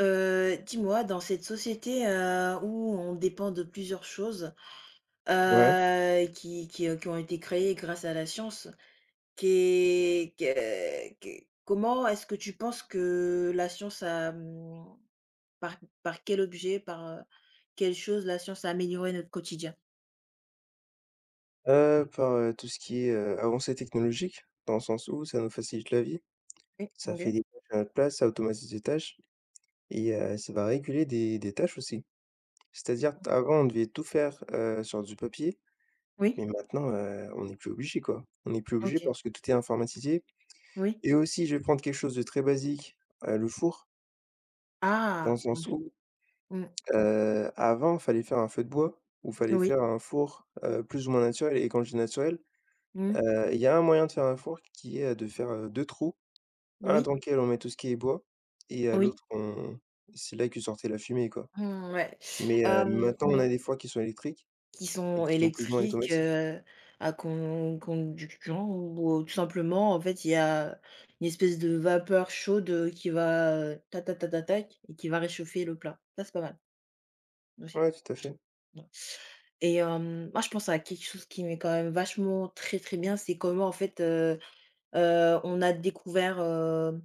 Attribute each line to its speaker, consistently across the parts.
Speaker 1: Dis-moi, dans cette société, où on dépend de plusieurs choses,
Speaker 2: Ouais,
Speaker 1: qui qui ont été créées grâce à la science, qu'est que comment est-ce que tu penses que la science a, par par quel objet, quelle chose la science a amélioré notre quotidien?
Speaker 2: tout ce qui est, avancée technologique, dans le sens où ça nous facilite la vie,
Speaker 1: Oui,
Speaker 2: ça fait
Speaker 1: OK.
Speaker 2: des tâches à notre place, ça automatise des tâches et ça va réguler des tâches aussi. C'est-à-dire t avant, on devait tout faire, sur du papier,
Speaker 1: Oui,
Speaker 2: mais maintenant, on n'est plus obligé, quoi. On n'est plus obligé
Speaker 1: OK,
Speaker 2: parce que tout est informatisé
Speaker 1: oui.
Speaker 2: et aussi, je vais prendre quelque chose de très basique, le four, dans le
Speaker 1: Ah!
Speaker 2: sens où,
Speaker 1: Mmh mh.
Speaker 2: avant, il fallait faire un feu de bois ou fallait
Speaker 1: Oui.
Speaker 2: faire un four, plus ou moins naturel et quand je dis naturel.
Speaker 1: Mmh.
Speaker 2: Il y a un moyen de faire un four qui est, de faire, 2 trous, un
Speaker 1: Oui.
Speaker 2: dans lequel on met tout ce qui est bois et à
Speaker 1: Oui.
Speaker 2: l'autre on c'est là que sortait la fumée, quoi.
Speaker 1: Mmh, ouais.
Speaker 2: Mais maintenant on
Speaker 1: Mmh.
Speaker 2: a des fours qui sont électriques
Speaker 1: Qui
Speaker 2: et
Speaker 1: sont
Speaker 2: qui sont plus ou moins
Speaker 1: électriques,
Speaker 2: automatiques.
Speaker 1: à conduction ou tout simplement, en fait, il y a une espèce de vapeur chaude, qui va, ta ta ta ta tac et qui va réchauffer le plat. Ça, c'est pas mal aussi,
Speaker 2: Ouais, tout à
Speaker 1: je trouve.
Speaker 2: fait.
Speaker 1: Ouais et moi, je pense à quelque chose qui m'est quand même vachement très, très bien, c'est comment, en fait, heu, on a découvert, heu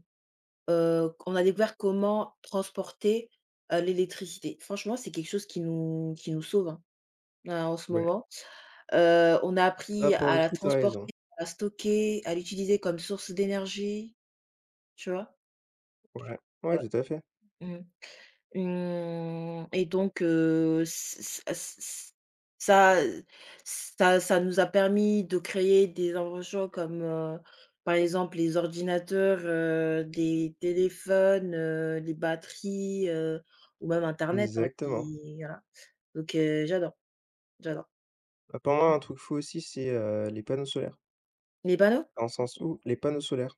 Speaker 1: on a découvert comment transporter, l'électricité. Franchement, c'est quelque chose qui nous sauve, hein, là, en ce
Speaker 2: Ouais.
Speaker 1: moment. On a
Speaker 2: Là,
Speaker 1: appris
Speaker 2: pour le
Speaker 1: à la
Speaker 2: coup, t'as raison.
Speaker 1: transporter, à la stocker, à l'utiliser comme source d'énergie, tu vois?
Speaker 2: Ouais, ouais,
Speaker 1: Ouais.
Speaker 2: tout à fait.
Speaker 1: Mmh. Mmh et donc ç ç ç ça ça ça nous a permis de créer des inventions comme, par exemple, les ordinateurs, des téléphones, les batteries, ou même internet, hein,
Speaker 2: Exactement.
Speaker 1: qui voilà. Donc j'adore, j'adore.
Speaker 2: Bah, pour moi,
Speaker 1: Mmh.
Speaker 2: un truc fou aussi, c'est, les panneaux solaires.
Speaker 1: Les panneaux?
Speaker 2: Dans le sens où les panneaux solaires.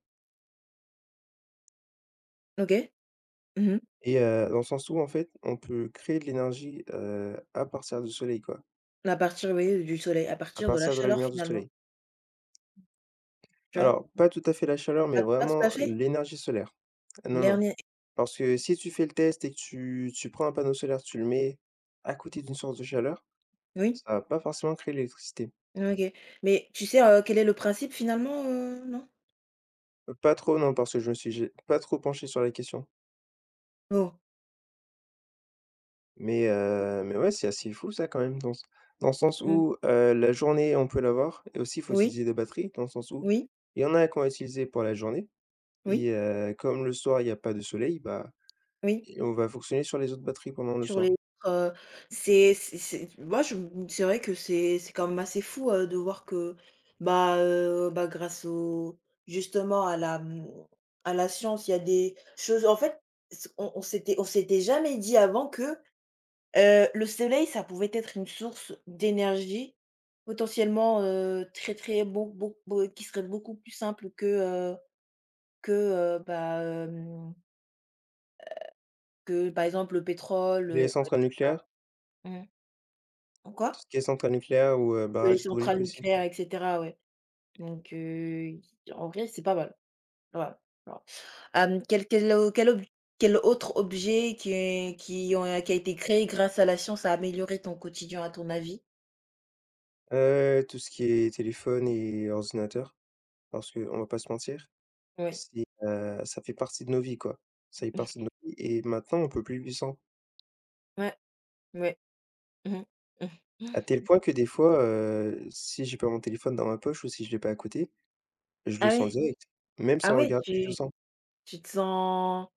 Speaker 1: OK. Mmh
Speaker 2: Et dans le sens où, en fait, on peut créer de l'énergie, à partir du soleil, quoi,
Speaker 1: À partir, oui, du soleil, à
Speaker 2: à
Speaker 1: partir de la
Speaker 2: partir de la
Speaker 1: chaleur
Speaker 2: lumière du
Speaker 1: finalement,
Speaker 2: soleil.
Speaker 1: tu vois?
Speaker 2: Alors, pas tout à fait la chaleur, mais
Speaker 1: Pas tout
Speaker 2: vraiment
Speaker 1: à fait?
Speaker 2: l'énergie solaire. Non, non,
Speaker 1: Dernier
Speaker 2: parce que si tu fais le test et que tu prends un panneau solaire, tu le mets à côté d'une source de chaleur,
Speaker 1: Oui?
Speaker 2: ça va pas forcément créer l'électricité.
Speaker 1: OK. Mais tu sais, quel est le principe finalement, non?
Speaker 2: Pas trop, non, parce que je me suis j'ai pas trop penché sur la question.
Speaker 1: Oh,
Speaker 2: Mais mais ouais, c'est assez fou ça quand même dans le sens
Speaker 1: mmh.
Speaker 2: où, la journée, on peut l'avoir et aussi, il faut
Speaker 1: Oui,
Speaker 2: utiliser des batteries dans le sens où
Speaker 1: oui,
Speaker 2: il y en a qu'on va utiliser pour la journée.
Speaker 1: oui,
Speaker 2: Et comme le soir, il n'y a pas de soleil, bah,
Speaker 1: oui.
Speaker 2: et on va fonctionner sur les autres batteries pendant le
Speaker 1: Sur
Speaker 2: soir.
Speaker 1: les autres, c'est moi je c'est vrai que c'est quand même assez fou, de voir que, bah, bah, grâce au justement à la science, il y a des choses en fait, s on s'était jamais dit avant que le soleil, ça pouvait être une source d'énergie potentiellement, très, très beau qui serait beaucoup plus simple que, que, heu, bah, hem, que par exemple le pétrole,
Speaker 2: Les
Speaker 1: et
Speaker 2: centrales
Speaker 1: cetera.
Speaker 2: nucléaires,
Speaker 1: Mmh. En
Speaker 2: tout ce
Speaker 1: quoi?
Speaker 2: qui est centrales nucléaires ou
Speaker 1: Que les
Speaker 2: barrages hydrauliques
Speaker 1: centrales
Speaker 2: aussi.
Speaker 1: nucléaires et cetera, ouais. Donc, en vrai, c'est pas mal. Voilà, voilà. Hem, quel quel, quel ob quel autre objet qui est qui ont qui a été créé grâce à la science a amélioré ton quotidien à ton avis?
Speaker 2: Tout ce qui est téléphone et ordinateur, parce qu'on va pas se mentir,
Speaker 1: Ouais.
Speaker 2: c'est, ça fait partie de nos vies, quoi. Ça fait partie de nos vies et maintenant on peut plus vivre sans.
Speaker 1: Ouais, ouais. Mmh mh. Mmh.
Speaker 2: À tel point que des fois, si j'ai pas mon téléphone dans ma poche ou si je l'ai pas à côté, je le
Speaker 1: Ah
Speaker 2: sens
Speaker 1: ouais?
Speaker 2: direct. Même
Speaker 1: Ah
Speaker 2: sans
Speaker 1: ouais,
Speaker 2: regarder, je le
Speaker 1: tu
Speaker 2: sens.
Speaker 1: tu te sens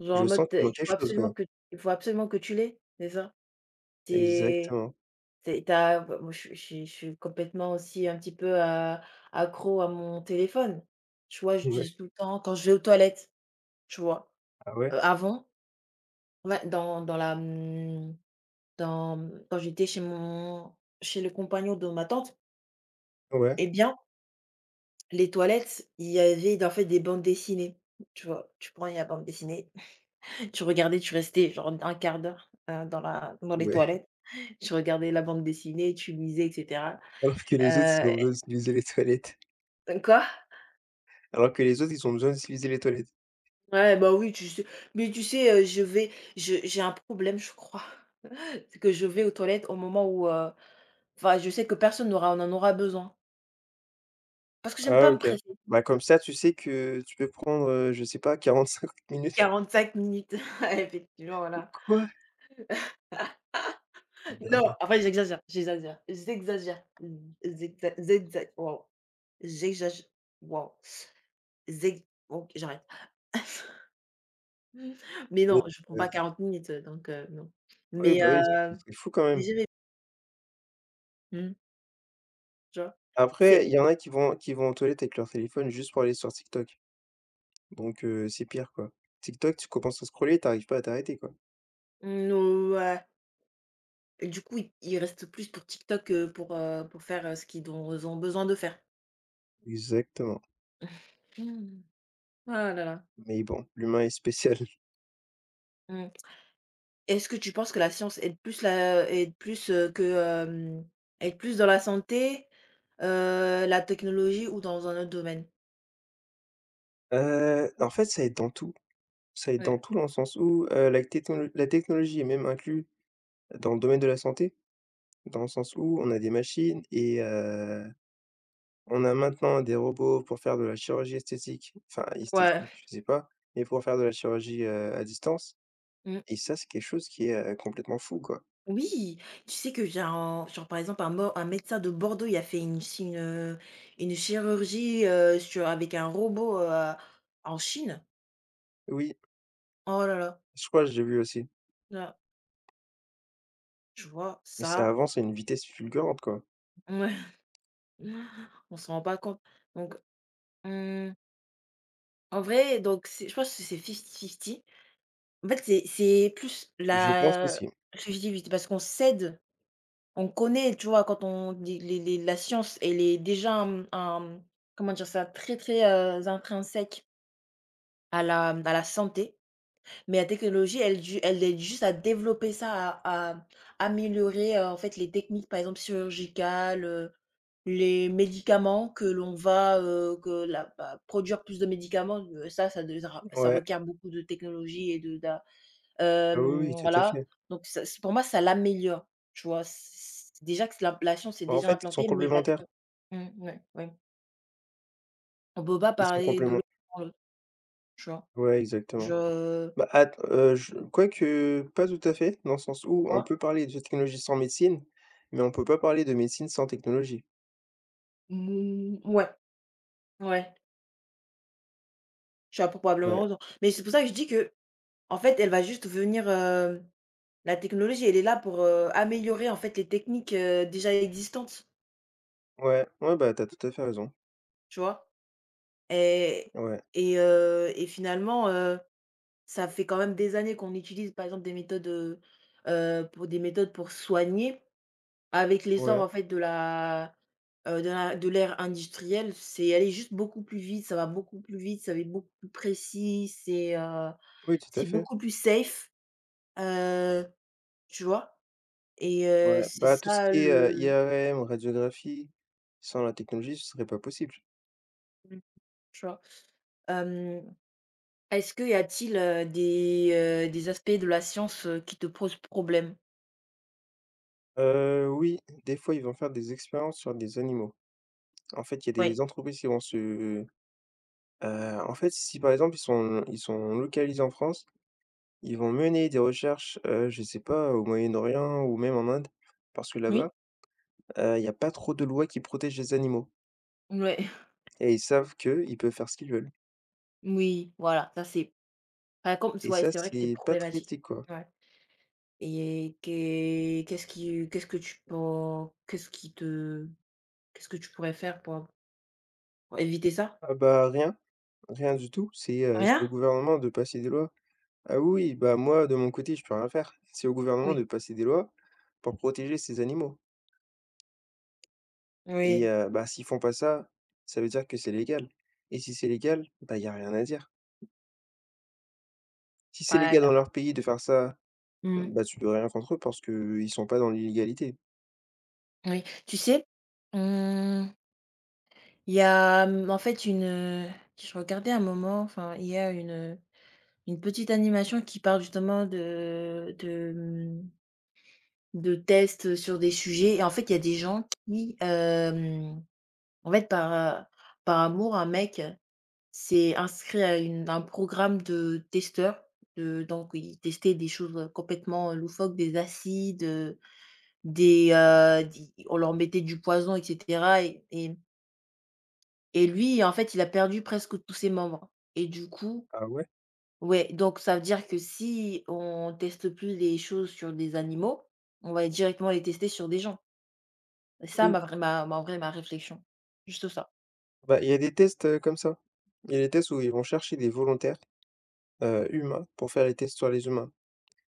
Speaker 1: genre
Speaker 2: Je
Speaker 1: en
Speaker 2: sens
Speaker 1: mode,
Speaker 2: qu'il manque
Speaker 1: il faut
Speaker 2: quelque chose, quoi.
Speaker 1: absolument que tu l'aies, c'est ça? T'es
Speaker 2: Exactement.
Speaker 1: t'es t'as Bah, moi, je suis complètement aussi un petit peu, accro à mon téléphone. Tu vois,
Speaker 2: Ouais.
Speaker 1: j'utilise tout le temps quand je vais aux toilettes, tu vois?
Speaker 2: Ah ouais?
Speaker 1: Avant, ouais, dans dans la, mmh, dans, mmh, quand j'étais chez le compagnon de ma tante
Speaker 2: Ouais.
Speaker 1: eh bien, les toilettes, il y avait en fait des bandes dessinées, tu vois? Tu prends la bande dessinée. Tu regardais, tu restais genre un quart d'heure, dans les
Speaker 2: Ouais.
Speaker 1: toilettes, tu regardais la bande dessinée, tu lisais et cetera.
Speaker 2: Alors que les autres, ils ont besoin d'utiliser les toilettes.
Speaker 1: Quoi?
Speaker 2: Alors que les autres, ils ont besoin d'utiliser les toilettes.
Speaker 1: Ouais, bah, oui, tu sais, je vais je j'ai un problème, je crois. C'est que je vais aux toilettes au moment où, enfin, je sais que personne n'aura en aura besoin. Parce que j'aime
Speaker 2: Ah,
Speaker 1: pas me
Speaker 2: OK.
Speaker 1: presser.
Speaker 2: Bah, comme ça, tu sais que tu peux prendre, je sais pas, 45 minutes.
Speaker 1: 45 minutes, effectivement, voilà.
Speaker 2: Quoi?
Speaker 1: Non, après j'exagère, j'exagère, j'exagère, j'exa j'exa waouh, j'exage waouh, zeg OK, j'arrête. Mais
Speaker 2: Mais,
Speaker 1: non, je prends
Speaker 2: heu,
Speaker 1: pas 40 minutes, donc non.
Speaker 2: oui, oui,
Speaker 1: Mais
Speaker 2: bah, oui,
Speaker 1: heu,
Speaker 2: c'est fou quand
Speaker 1: mais
Speaker 2: même.
Speaker 1: j'aimais, mmh, tu vois? C'est
Speaker 2: Après, il y en a qui vont aux toilettes avec leur téléphone juste pour aller sur TikTok. Donc c'est pire, quoi. TikTok, tu commences à scroller, t'arrives pas à t'arrêter, quoi.
Speaker 1: no Du coup, ils il reste plus pour TikTok que pour faire, ce qu'ils dont ils ont besoin de faire.
Speaker 2: Exactement.
Speaker 1: Mmh. Ah là là.
Speaker 2: Mais bon, l'humain est spécial.
Speaker 1: Mmh. Est-ce que tu penses que la science aide plus dans la santé, la technologie ou dans un autre domaine?
Speaker 2: En fait, ça aide dans tout. Ça aide dans
Speaker 1: Ouais.
Speaker 2: tout dans le sens où, la technologie est même inclue dans le domaine de la santé, dans le sens où on a des machines et on a maintenant des robots pour faire de la chirurgie esthétique, enfin esthétique,
Speaker 1: Ouais.
Speaker 2: je sais pas, mais pour faire de la chirurgie, à distance
Speaker 1: Mmh.
Speaker 2: et ça, c'est quelque chose qui est, complètement fou, quoi.
Speaker 1: Oui, tu sais que j'ai un genre, par exemple, un médecin de Bordeaux, il a fait une chirurgie, sur avec un robot, en Chine.
Speaker 2: Oui,
Speaker 1: Oh là là,
Speaker 2: je crois, que j'ai vu aussi,
Speaker 1: là, tu vois?
Speaker 2: mais ça
Speaker 1: Ça,
Speaker 2: avance à une vitesse fulgurante, quoi.
Speaker 1: ouais, on s'en rend pas compte. Donc, mmh, en vrai, donc c'est je pense que c'est fifty-fifty. En fait, c'est plus
Speaker 2: Je pense
Speaker 1: la
Speaker 2: aussi.
Speaker 1: fifty parce qu'on cède, on connaît, tu vois? Quand on les la science, elle est déjà, un comment dire ça? Très, très, intrinsèque à la santé, mais la technologie, elle aide juste à développer ça, à améliorer, en fait, les techniques, par exemple, chirurgicales, les médicaments que l'on va, que la bah, produire plus de médicaments, ça
Speaker 2: Ouais.
Speaker 1: requiert beaucoup de technologie et
Speaker 2: Ah oui, oui, tout à
Speaker 1: voilà,
Speaker 2: fait.
Speaker 1: donc ça c pour moi, ça l'améliore, tu vois? C c Déjà que la science est
Speaker 2: Bah, en
Speaker 1: déjà
Speaker 2: fait, ils sont
Speaker 1: implantée,
Speaker 2: complémentaires.
Speaker 1: ouais, ouais. On peut pas
Speaker 2: Ils sont
Speaker 1: parler de
Speaker 2: complément
Speaker 1: l'autre sans l'autre, tu vois?
Speaker 2: ouais, exactement.
Speaker 1: Je
Speaker 2: Bah, att je quoique pas tout à fait, dans le sens où on
Speaker 1: Pourquoi?
Speaker 2: peut parler de technologie sans médecine, mais on peut pas parler de médecine sans technologie.
Speaker 1: Mmh, ouais, ouais, tu as probablement
Speaker 2: Ouais,
Speaker 1: raison. Mais c'est pour ça que je dis que en fait, elle va juste venir, la technologie, elle est là pour, améliorer en fait les techniques, déjà existantes,
Speaker 2: ouais, ouais, bah, t'as tout à fait raison.
Speaker 1: tu vois? Et
Speaker 2: Ouais,
Speaker 1: et finalement, ça fait quand même des années qu'on utilise par exemple pour des méthodes pour soigner. Avec l'essor
Speaker 2: ouais.
Speaker 1: en fait de l'ère industrielle, c'est aller juste beaucoup plus vite, ça va beaucoup plus vite, ça va être beaucoup plus précis, c'est, euh,
Speaker 2: Oui, tout à
Speaker 1: C'est
Speaker 2: fait.
Speaker 1: beaucoup plus safe, heu, tu vois? Et
Speaker 2: Ouais,
Speaker 1: c'est
Speaker 2: bah, tout ce
Speaker 1: ça
Speaker 2: qui est,
Speaker 1: le,
Speaker 2: IRM, radiographie, sans la technologie, ce serait pas possible.
Speaker 1: mmh, tu vois? Hem, Est-ce qu'il y a-t-il, des aspects de la science, qui te posent problème?
Speaker 2: Oui, des fois, ils vont faire des expériences sur des animaux. En fait, il y a
Speaker 1: Ouais.
Speaker 2: des entreprises qui vont se En fait, si par exemple ils sont localisés en France, ils vont mener des recherches, je sais pas, au Moyen-Orient ou même en Inde, parce que
Speaker 1: Oui?
Speaker 2: là-bas, il y a pas trop de lois qui protègent les animaux
Speaker 1: Ouais.
Speaker 2: et ils savent qu'ils peuvent faire ce qu'ils veulent
Speaker 1: Oui, voilà, ça c'est enfin, comme c
Speaker 2: et
Speaker 1: ouais,
Speaker 2: ça,
Speaker 1: c'est vrai que c'est
Speaker 2: c'est pas très
Speaker 1: problématique.
Speaker 2: éthique, quoi.
Speaker 1: Ouais. Et qu'est-ce qui te qu'est-ce que tu pourrais faire pour éviter ça?
Speaker 2: Ah bah, rien, rien du tout, c'est
Speaker 1: Rien?
Speaker 2: au gouvernement de passer des lois. Ah oui, oui, bah, moi de mon côté, je peux rien faire. C'est au gouvernement de
Speaker 1: Oui.
Speaker 2: passer des lois pour protéger ces animaux et
Speaker 1: Oui.
Speaker 2: bah, s'ils font pas ça, ça veut dire que c'est légal et si c'est légal, bah, il y a rien à dire. Si c'est
Speaker 1: Ouais,
Speaker 2: légal
Speaker 1: bah,
Speaker 2: dans leur pays de faire ça,
Speaker 1: mmh,
Speaker 2: mmh, bah, tu peux rien contre eux parce qu'ils sont pas dans l'illégalité.
Speaker 1: oui. Tu sais. mmh Il y a, en fait, je regardais un moment, enfin, il y a une petite animation qui parle justement de tests, sur des sujets et en fait, il y a des gens qui, en fait, par amour, un mec s'est inscrit à une un programme de testeurs. De Donc il testait des choses, complètement loufoques, des acides, des, di on leur mettait du poison et cetera et et lui, en fait, il a perdu presque tous ses membres et du coup,
Speaker 2: Ah ouais?
Speaker 1: ouais, donc ça veut dire que si on teste plus les choses sur des animaux, on va directement les tester sur des gens. Et ça
Speaker 2: Oui.
Speaker 1: ma vraie ma ma en vrai ma réflexion, juste ça.
Speaker 2: Bah, il y a des tests, comme ça. Il y a des tests où ils vont chercher des volontaires, humains pour faire les tests sur les humains.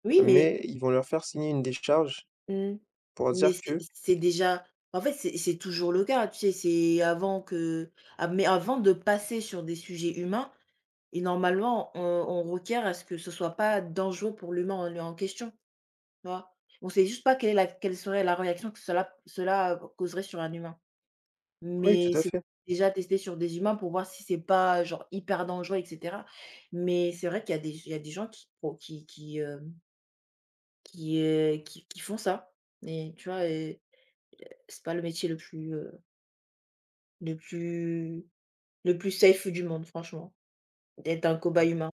Speaker 1: Oui,
Speaker 2: Mais ils vont leur faire signer une décharge
Speaker 1: mmh,
Speaker 2: pour
Speaker 1: mais
Speaker 2: dire
Speaker 1: c'est
Speaker 2: que
Speaker 1: c'est déjà, en fait, c'est toujours le cas, tu sais? C'est avant que ah, mais avant de passer sur des sujets humains et normalement on requiert à ce que ce soit pas dangereux pour l'humain en question. Tu vois? On sait juste pas quelle serait la réaction que cela, causerait sur un humain.
Speaker 2: oui, tout
Speaker 1: Mais
Speaker 2: à
Speaker 1: c'est
Speaker 2: fait.
Speaker 1: déjà testé sur des humains pour voir si c'est pas, genre, hyper dangereux et cetera. Mais c'est vrai qu'il y a des gens qui pro qui, hem, qui, qui font ça et tu vois? Et c'est pas le métier le plus, heu, le plus safe du monde franchement, d'être un
Speaker 2: Ouais.
Speaker 1: cobaye humain.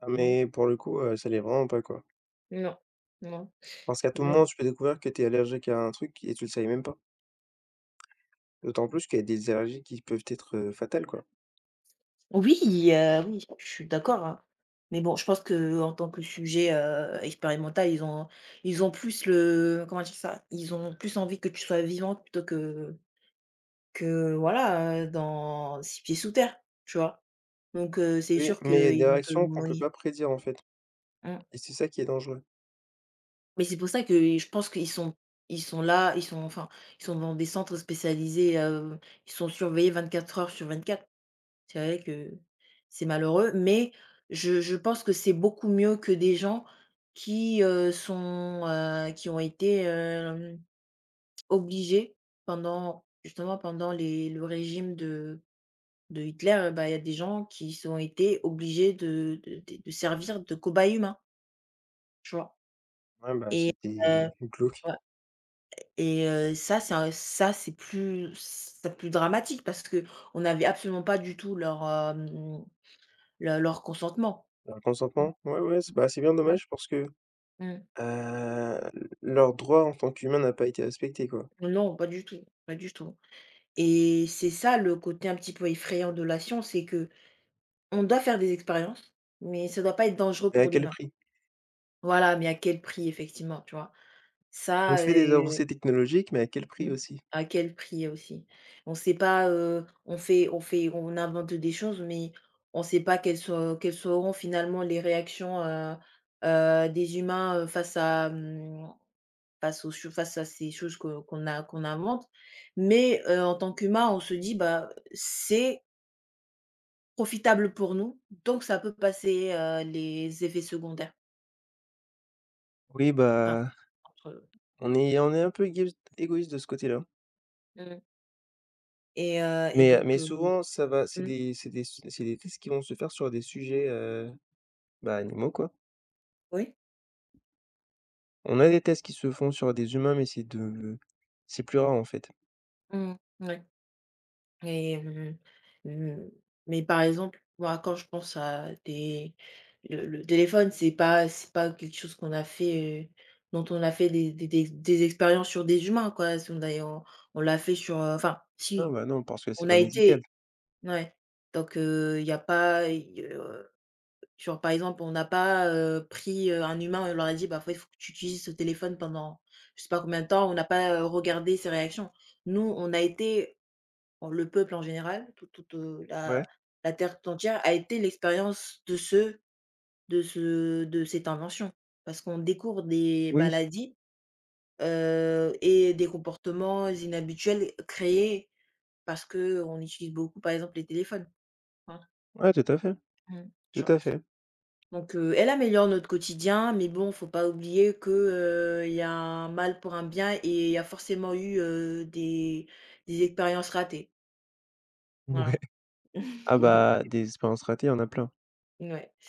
Speaker 2: Ah
Speaker 1: Mmh.
Speaker 2: mais pour le coup, ça l'est vraiment pas, quoi.
Speaker 1: Non, non.
Speaker 2: Parce qu'à tout moment, tu peux découvrir que tu es allergique à un truc et tu le savais même pas. D'autant plus qu'il y a des allergies qui peuvent être, fatales, quoi.
Speaker 1: Oui, oui, je suis d'accord, hein. Mais bon, je pense que en tant que sujet, expérimental, ils ont plus le comment dire ça? Ils ont plus envie que tu sois vivante plutôt que voilà, dans 6 pieds sous terre, tu vois? Donc c'est
Speaker 2: Oui,
Speaker 1: sûr
Speaker 2: mais il y a des
Speaker 1: qu'ils vont te
Speaker 2: réactions qu'on peut
Speaker 1: monnayer
Speaker 2: pas prédire, en fait
Speaker 1: mmh.
Speaker 2: et c'est ça qui est dangereux.
Speaker 1: Mais c'est pour ça que je pense qu'ils sont là, ils sont dans des centres spécialisés, ils sont surveillés 24 heures sur 24. C'est vrai que c'est malheureux, mais je pense que c'est beaucoup mieux que des gens qui ont été, obligés pendant justement pendant les le régime de Hitler, bah, il y a des gens qui sont été obligés de servir de cobayes humains, tu vois?
Speaker 2: Ouais, bah,
Speaker 1: Et heu,
Speaker 2: c'était
Speaker 1: Mmh.
Speaker 2: glauque.
Speaker 1: Ouais et ça c'est plus dramatique parce que on n'avait absolument pas du tout leur, hem, le leur consentement.
Speaker 2: Leur consentement? Ouais, ouais, c'est bah, c'est bien
Speaker 1: Mmh.
Speaker 2: dommage parce que,
Speaker 1: Mmh.
Speaker 2: heu, leur droit en tant qu'humain n'a pas été respecté, quoi.
Speaker 1: Non, pas du tout, pas du tout et c'est ça le côté un petit peu effrayant de la science, c'est que on doit faire des expériences, mais ça doit pas être dangereux
Speaker 2: Mais à
Speaker 1: pour
Speaker 2: quel
Speaker 1: l'humain.
Speaker 2: prix?
Speaker 1: Voilà, mais à quel prix effectivement, tu vois?
Speaker 2: On
Speaker 1: Ça,
Speaker 2: fait des
Speaker 1: heu,
Speaker 2: avancées technologiques, mais à quel prix
Speaker 1: mmh,
Speaker 2: aussi?
Speaker 1: à quel prix aussi? On sait pas, on invente des choses, mais on sait pas quelles seront finalement les réactions, des humains, face à ces choses que qu'on a qu'on invente. Mais, en tant qu'humain, on se dit: «Bah, c'est profitable pour nous, donc ça peut passer, les effets secondaires».
Speaker 2: Oui,
Speaker 1: Enfin,
Speaker 2: bah,
Speaker 1: entre
Speaker 2: on est on est un peu égoïste de ce côté-là,
Speaker 1: Mmh. Et
Speaker 2: mais heu,
Speaker 1: donc,
Speaker 2: mais souvent ça va
Speaker 1: mmh,
Speaker 2: c'est des su c'est des tests qui vont se faire sur des sujets, bah, animaux quoi.
Speaker 1: oui?
Speaker 2: On a des tests qui se font sur des humains mais c'est plus rare en fait.
Speaker 1: Mmh, ouais. Et mmh, mais par exemple, moi, quand je pense à des le téléphone, c'est pas quelque chose qu'on a fait, dont on a fait des expériences sur des humains, quoi. Si on a on on l'a fait sur, enfin,
Speaker 2: Ah
Speaker 1: si,
Speaker 2: bah, non parce que c'est
Speaker 1: on a
Speaker 2: pas médical.
Speaker 1: été, ouais, donc il y a pas, i genre, par exemple, on n'a pas, pris, un humain et on leur a dit: «Bah, il faut que tu utilises ce téléphone pendant je sais pas combien de temps». On n'a pas, regardé ses réactions. Nous, on a été. Bon, le peuple en général,
Speaker 2: Ouais.
Speaker 1: la terre tout entière a été l'expérience de ce de cette invention. Parce qu'on découvre des
Speaker 2: Oui,
Speaker 1: maladies, et des comportements inhabituels créés parce que on utilise beaucoup, par exemple, les téléphones, hein.
Speaker 2: ouais tout à fait,
Speaker 1: Mmh. Tu
Speaker 2: tout
Speaker 1: vois?
Speaker 2: à fait.
Speaker 1: Donc elle améliore notre quotidien, mais bon, faut pas oublier que, il y a un mal pour un bien et il y a forcément eu, des expériences ratées. Voilà.
Speaker 2: Ouais. Ah bah, des expériences ratées, il y en a plein.
Speaker 1: Ouais